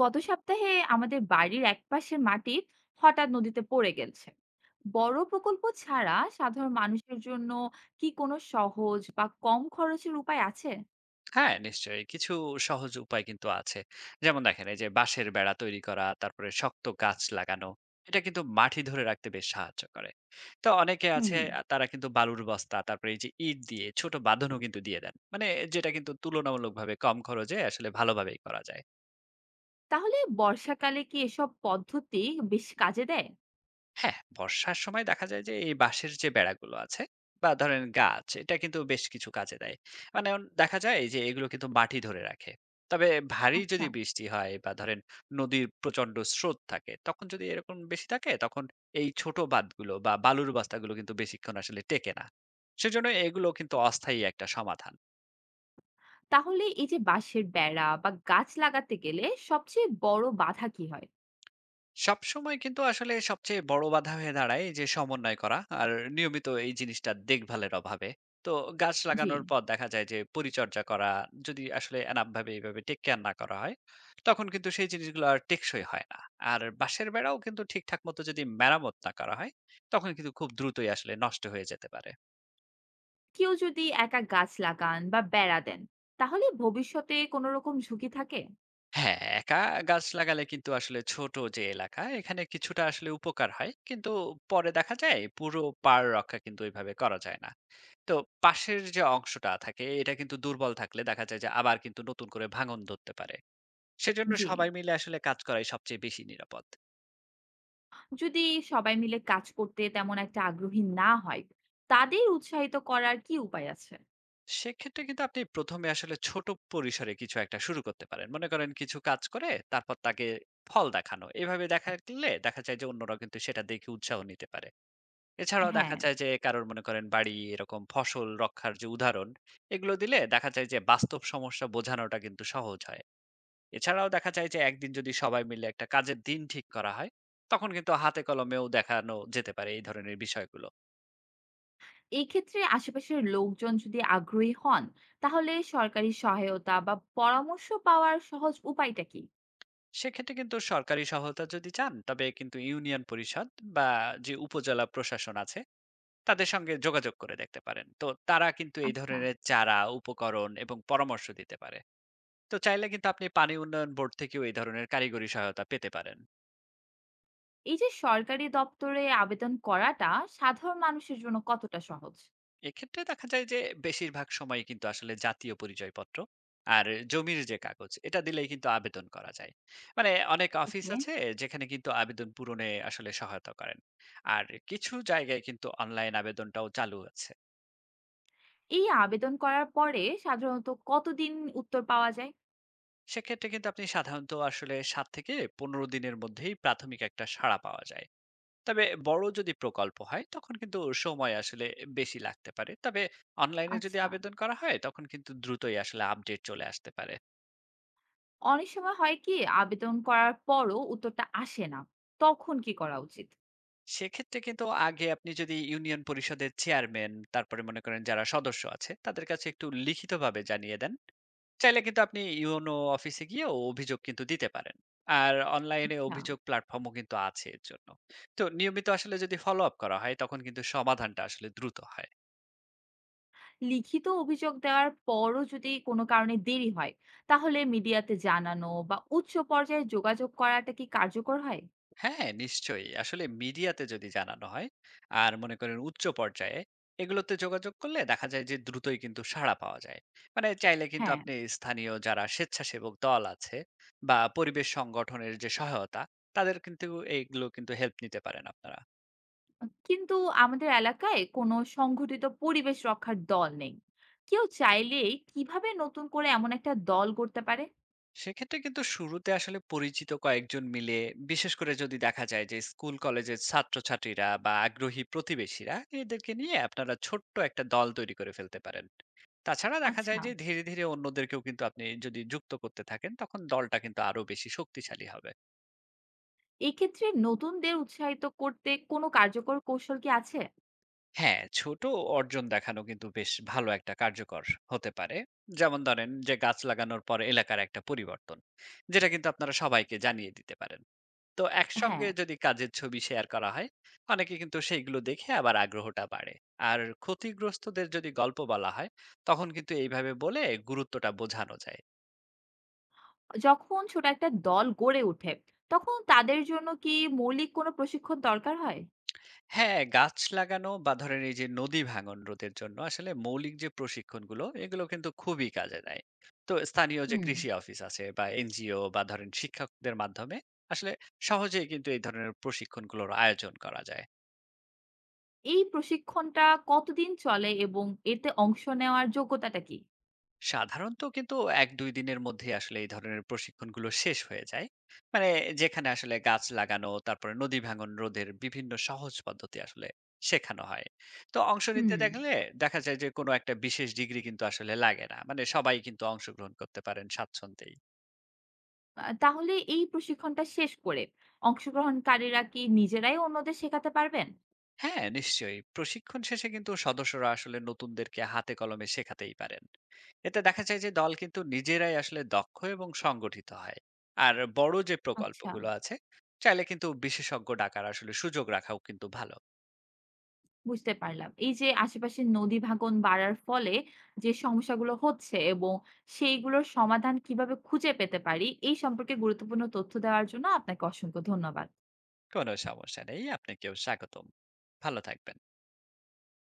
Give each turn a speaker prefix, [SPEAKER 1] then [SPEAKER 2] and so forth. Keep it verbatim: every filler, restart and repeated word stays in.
[SPEAKER 1] গত সপ্তাহে আমাদের বাড়ির একপাশের মাটি হঠাৎ নদীতে পড়ে গেছে। বড় প্রকল্প ছাড়া সাধারণ মানুষের জন্য কি কোনো সহজ বা কম খরচের উপায় আছে?
[SPEAKER 2] হ্যাঁ, নিশ্চয়ই। কিছু সহজ উপায় কিন্তু আছে। যেমন দেখেন এই যে বাঁশের বেড়া তৈরি করা, তারপরে শক্ত গাছ লাগানো। এটা কিন্তু মাটি ধরে রাখতে বেশ সাহায্য করে। তো অনেকে
[SPEAKER 1] হুম
[SPEAKER 2] আছে আ তারা কিন্তু বালুর বস্তা, তারপরে এই যে ইট দিয়ে ছোট বাঁধনও কিন্তু দিয়ে দেন। মানে যেটা কিন্তু তুলনামূলকভাবে কম খরচে আসলে ভালোভাবেই করা যায়।
[SPEAKER 1] তাহলে বর্ষাকালে কি এসব পদ্ধতি বেশ কাজে দেয়?
[SPEAKER 2] হ্যাঁ, বর্ষার সময় দেখা যায় যে এই বাঁশের যে বেড়াগুলো আছে বা ধরেন গাছ এটা কিন্তু বেশ কিছু কাজে দেয়। মানে অন দেখা যায় যে এগুলো কিন্তু মাটি ধরে রাখে। তবে ভারী
[SPEAKER 1] আচ্ছা,
[SPEAKER 2] যদি বৃষ্টি হয় বা ধরেন নদীর প্রচন্ড স্রোত থাকে তখন যদি এরকম বেশি থাকে তখন এই ছোট বাঁধগুলো বা বালুর বস্তাগুলো কিন্তু বেশিক্ষণ আসলে টেকে না। সেজন্য এগুলো কিন্তু অস্থায়ী একটা সমাধান।
[SPEAKER 1] তাহলে এই যে বাঁশের বেড়া বা গাছ লাগাতে গেলে সবচেয়ে বড় বাধা কি হয়?
[SPEAKER 2] সবসময় কিন্তু আসলে সবচেয়ে বড় বাধা হয়ে দাঁড়ায় এই যে সমন্বয় করা আর নিয়মিত এই জিনিসটা দেখভালের অভাবে। তো গাছ
[SPEAKER 1] জি।
[SPEAKER 2] লাগানোর পর দেখা যায় যে পরিচর্যা করা যদি আসলে এনাফ ভাবে এইভাবে টেক কেয়ার না করা হয়, তখন কিন্তু সেই জিনিসগুলো আর টেকসই হয় না। আর বাঁশের বেড়াও কিন্তু ঠিকঠাক মতো যদি মেরামত না করা হয়, তখন কিন্তু খুব দ্রুতই আসলে নষ্ট হয়ে যেতে পারে।
[SPEAKER 1] কেউ যদি একা গাছ লাগান বা বেড়া দেন তাহলে ভবিষ্যতে কোনো রকম ঝুঁকি থাকে?
[SPEAKER 2] হ্যাঁ, একা গাছ লাগালে কিন্তু আসলে ছোট যে এলাকা এখানে কিছুটা আসলে উপকার হয়। কিন্তু পরে দেখা যায় পুরো পাড় রক্ষা কিন্তু ওইভাবে করা যায় না। তো পাশের যে অংশটা থাকে এটা কিন্তু দুর্বল থাকলে দেখা যায় যে আবার কিন্তু নতুন করে ভাঙন ধরতে পারে। সেজন্য
[SPEAKER 1] জি।
[SPEAKER 2] সবাই মিলে আসলে কাজ করাই সবচেয়ে বেশি নিরাপদ।
[SPEAKER 1] যদি সবাই মিলে কাজ করতে তেমন একটা আগ্রহী না হয়, তাদের উৎসাহিত করার কি উপায় আছে?
[SPEAKER 2] সেক্ষেত্রে কিন্তু আপনি প্রথম এ আসলে ছোট পরিসরে কিছু একটা শুরু করতে পারেন। মনে করেন কিছু কাজ করে তারপর তাকে ফল দেখানো। এভাবে দেখালে দেখা যায় যে অন্যরা কিন্তু সেটা দেখে উৎসাহ নিতে পারে। এছাড়াও দেখা
[SPEAKER 1] হ্যাঁ,
[SPEAKER 2] যায় যে কারোর মনে করেন বাড়ি এরকম ফসল রক্ষার যে উদাহরণ এগুলো দিলে দেখা যায় যে বাস্তব সমস্যা বোঝানোটা কিন্তু সহজ হয়। এছাড়াও দেখা যায় যে একদিন যদি সবাই মিলে একটা কাজের দিন ঠিক করা হয়, তখন কিন্তু হাতে কলমেও দেখানো যেতে পারে এই ধরনের বিষয়গুলো।
[SPEAKER 1] এই ক্ষেত্রে আশেপাশের লোকজন যদি আগ্রহী হন, তাহলে সরকারি সহায়তা বা পরামর্শ পাওয়ার সহজ উপায়টা কি?
[SPEAKER 2] সেক্ষেত্রে কিন্তু সরকারি সহায়তা যদি চান তবে কিন্তু ইউনিয়ন পরিষদ বা যে উপজেলা প্রশাসন আছে তাদের সঙ্গে যোগাযোগ করে দেখতে পারেন। তো তারা কিন্তু এই
[SPEAKER 1] আচ্ছা,
[SPEAKER 2] ধরনের চারা, উপকরণ এবং পরামর্শ দিতে পারে। তো চাইলে কিন্তু আপনি পানি উন্নয়ন বোর্ড থেকেও এই ধরনের কারিগরি সহায়তা পেতে পারেন।
[SPEAKER 1] এই যে সরকারি দপ্তরে আবেদন করাটা সাধারণ মানুষের জন্য কতটা সহজ?
[SPEAKER 2] এক্ষেত্রে দেখা যায় যে বেশিরভাগ সময় কিন্তু আসলে জাতীয় পরিচয়পত্র আর জমির যে কাগজ এটা দিলেই কিন্তু আবেদন করা যায়। মানে অনেক অফিস
[SPEAKER 1] ওকে।
[SPEAKER 2] আছে যেখানে কিন্তু আবেদন পূরণে আসলে সহায়তা করেন। আর কিছু জায়গায় কিন্তু অনলাইন আবেদনটাও চালু আছে।
[SPEAKER 1] এই আবেদন করার পরে সাধারণত কতদিন উত্তর পাওয়া যায়?
[SPEAKER 2] সেক্ষেত্রে কিন্তু আপনি সাধারণত আসলে সাত থেকে পনেরো দিনের মধ্যেই প্রাথমিক একটা সাড়া পাওয়া যায়। তবে বড় যদি প্রকল্প হয় তখন কিন্তু সময় আসলে বেশি লাগতে পারে। তবে অনলাইনে যদি
[SPEAKER 1] আচ্ছা।
[SPEAKER 2] আবেদন করা হয় তখন কিন্তু দ্রুতই আসলে আপডেট চলে আসতে পারে।
[SPEAKER 1] অনেক সময় হয় কি আবেদন করার পরও উত্তরটা আসে না। তখন কি করা উচিত?
[SPEAKER 2] সেক্ষেত্রে কিন্তু আগে আপনি যদি ইউনিয়ন পরিষদের চেয়ারম্যান তারপরে মনে করেন যারা সদস্য আছে তাদের কাছে একটু লিখিতভাবে জানিয়ে দেন। চাইলে কিন্তু আপনি ইউনো অফিসে গিয়ে অভিযোগ কিন্তু দিতে পারেন। আর অনলাইনে
[SPEAKER 1] আচ্ছা।
[SPEAKER 2] অভিযোগ প্ল্যাটফর্মও কিন্তু আছে এর জন্য। তো নিয়মিত আসলে যদি ফলো আপ করা হয় তখন কিন্তু সমাধানটা আসলে দ্রুত হয়।
[SPEAKER 1] লিখিত অভিযোগ দেওয়ার পরও যদি কোনো কারণে দেরি হয়, তাহলে মিডিয়াতে জানানো বা উচ্চ পর্যায়ে যোগাযোগ করাটা কি কার্যকর হয়?
[SPEAKER 2] হ্যাঁ, নিশ্চয়ই। আসলে মিডিয়াতে যদি জানানো হয়, আর মনে করেন উচ্চ পর্যায়ে, এগুলোতে যোগাযোগ করলে দেখা যায় যে দ্রুতই কিন্তু সাড়া পাওয়া যায়। মানে চাইলে কিন্তু
[SPEAKER 1] হ্যাঁ,
[SPEAKER 2] আপনি স্থানীয় যারা স্বেচ্ছাসেবক দল আছে বা পরিবেশ সংগঠনের যে সহায়তা, তাদের কিন্তু এইগুলো কিন্তু হেল্প নিতে পারেন আপনারা।
[SPEAKER 1] কিন্তু আমাদের এলাকায় কোনো সংগঠিত পরিবেশ রক্ষার দল নেই। কেউ চাইলেই কিভাবে নতুন করে এমন একটা দল গড়তে পারে?
[SPEAKER 2] সেক্ষেত্রে কিন্তু শুরুতে আসলে পরিচিত কয়েকজন মিলে, বিশেষ করে যদি দেখা যায় যে স্কুল কলেজের ছাত্রছাত্রীরা বা আগ্রহী প্রতিবেশীরা, এদেরকে নিয়ে আপনারা ছোট্ট একটা দল তৈরি করে ফেলতে পারেন। তাছাড়া দেখা যায়
[SPEAKER 1] আচ্ছা,
[SPEAKER 2] যে ধীরে ধীরে অন্যদেরকেও কিন্তু আপনি যদি যুক্ত করতে থাকেন তখন দলটা কিন্তু আরো বেশি শক্তিশালী হবে।
[SPEAKER 1] এক্ষেত্রে নতুনদের উৎসাহিত করতে কোনো কার্যকর কৌশল কি আছে?
[SPEAKER 2] হ্যাঁ, ছোট অর্জন দেখানো কিন্তু বেশ ভালো একটা কার্যকর হতে পারে। যেমন ধরেন যে গাছ লাগানোর পর এলাকার একটা পরিবর্তন, যেটা কিন্তু আপনারা সবাইকে জানিয়ে দিতে পারেন। তো
[SPEAKER 1] হ্যাঁ।
[SPEAKER 2] একসঙ্গে যদি কাজের ছবি শেয়ার করা হয়, অনেকে কিন্তু সেইগুলো দেখে আবার আগ্রহটা বাড়ে। আর ক্ষতিগ্রস্তদের যদি গল্প বলা হয়, তখন কিন্তু এইভাবে বলে গুরুত্বটা বোঝানো যায়।
[SPEAKER 1] যখন ছোট একটা দল গড়ে ওঠে, তখন তাদের জন্য কি মৌলিক কোনো প্রশিক্ষণ দরকার হয়?
[SPEAKER 2] হ্যাঁ, গাছ লাগানো বা ধরেন এই যে নদী ভাঙন রোধের জন্য আসলে মৌলিক যে প্রশিক্ষণগুলো এগুলো কিন্তু খুবই কাজে দেয়। তো স্থানীয় যে
[SPEAKER 1] হুম
[SPEAKER 2] কৃষি অফিস আছে বা এনজিও বা ধরেন শিক্ষকদের মাধ্যমে আসলে সহজেই কিন্তু এই ধরনের প্রশিক্ষণগুলোর আয়োজন করা যায়।
[SPEAKER 1] এই প্রশিক্ষণটা কতদিন চলে এবং এতে অংশ নেওয়ার যোগ্যতাটা কি?
[SPEAKER 2] সাধারণত কিন্তু এক থেকে দুই দিনের মধ্যেই আসলে এই ধরনের প্রশিক্ষণগুলো শেষ হয়ে যায়। মানে যেখানে আসলে গাছ লাগানো, তারপরে নদী ভাঙন রোধের বিভিন্ন সহজ পদ্ধতি আসলে শেখানো হয়। তো অংশ নিতে
[SPEAKER 1] হুম
[SPEAKER 2] দেখলে দেখা যায় যে কোনো একটা বিশেষ ডিগ্রি কিন্তু আসলে লাগে না। মানে সবাই কিন্তু অংশগ্রহণ করতে পারেন স্বাচ্ছন্দ্যেই।
[SPEAKER 1] আহ, তাহলে এই প্রশিক্ষণটা শেষ করে অংশগ্রহণকারীরা কি নিজেরাই অন্যদের শেখাতে পারবেন?
[SPEAKER 2] হ্যাঁ, নিশ্চয়ই। প্রশিক্ষণ শেষে কিন্তু সদস্যরা আসলে নতুনদেরকে হাতে কলমে শেখাতেই পারেন। এতে দেখা যায় যে দল কিন্তু নিজেরাই আসলে দক্ষ এবং সংগঠিত হয়। আর বড় যে
[SPEAKER 1] আচ্ছা,
[SPEAKER 2] প্রকল্পগুলো আছে চাইলে কিন্তু বিশেষজ্ঞ ডাকার আসলে সুযোগ রাখাও কিন্তু ভালো।
[SPEAKER 1] বুঝতে পারলাম। এই যে আশেপাশের নদী ভাঙন বাড়ার ফলে যে সমস্যাগুলো হচ্ছে এবং সেইগুলোর সমাধান কিভাবে খুঁজে পেতে পারি, এই সম্পর্কে গুরুত্বপূর্ণ তথ্য দেওয়ার জন্য আপনাকে অসংখ্য ধন্যবাদ।
[SPEAKER 2] কোনো সমস্যা নেই, আপনাকেও স্বাগতম। ভালো থাকবেন।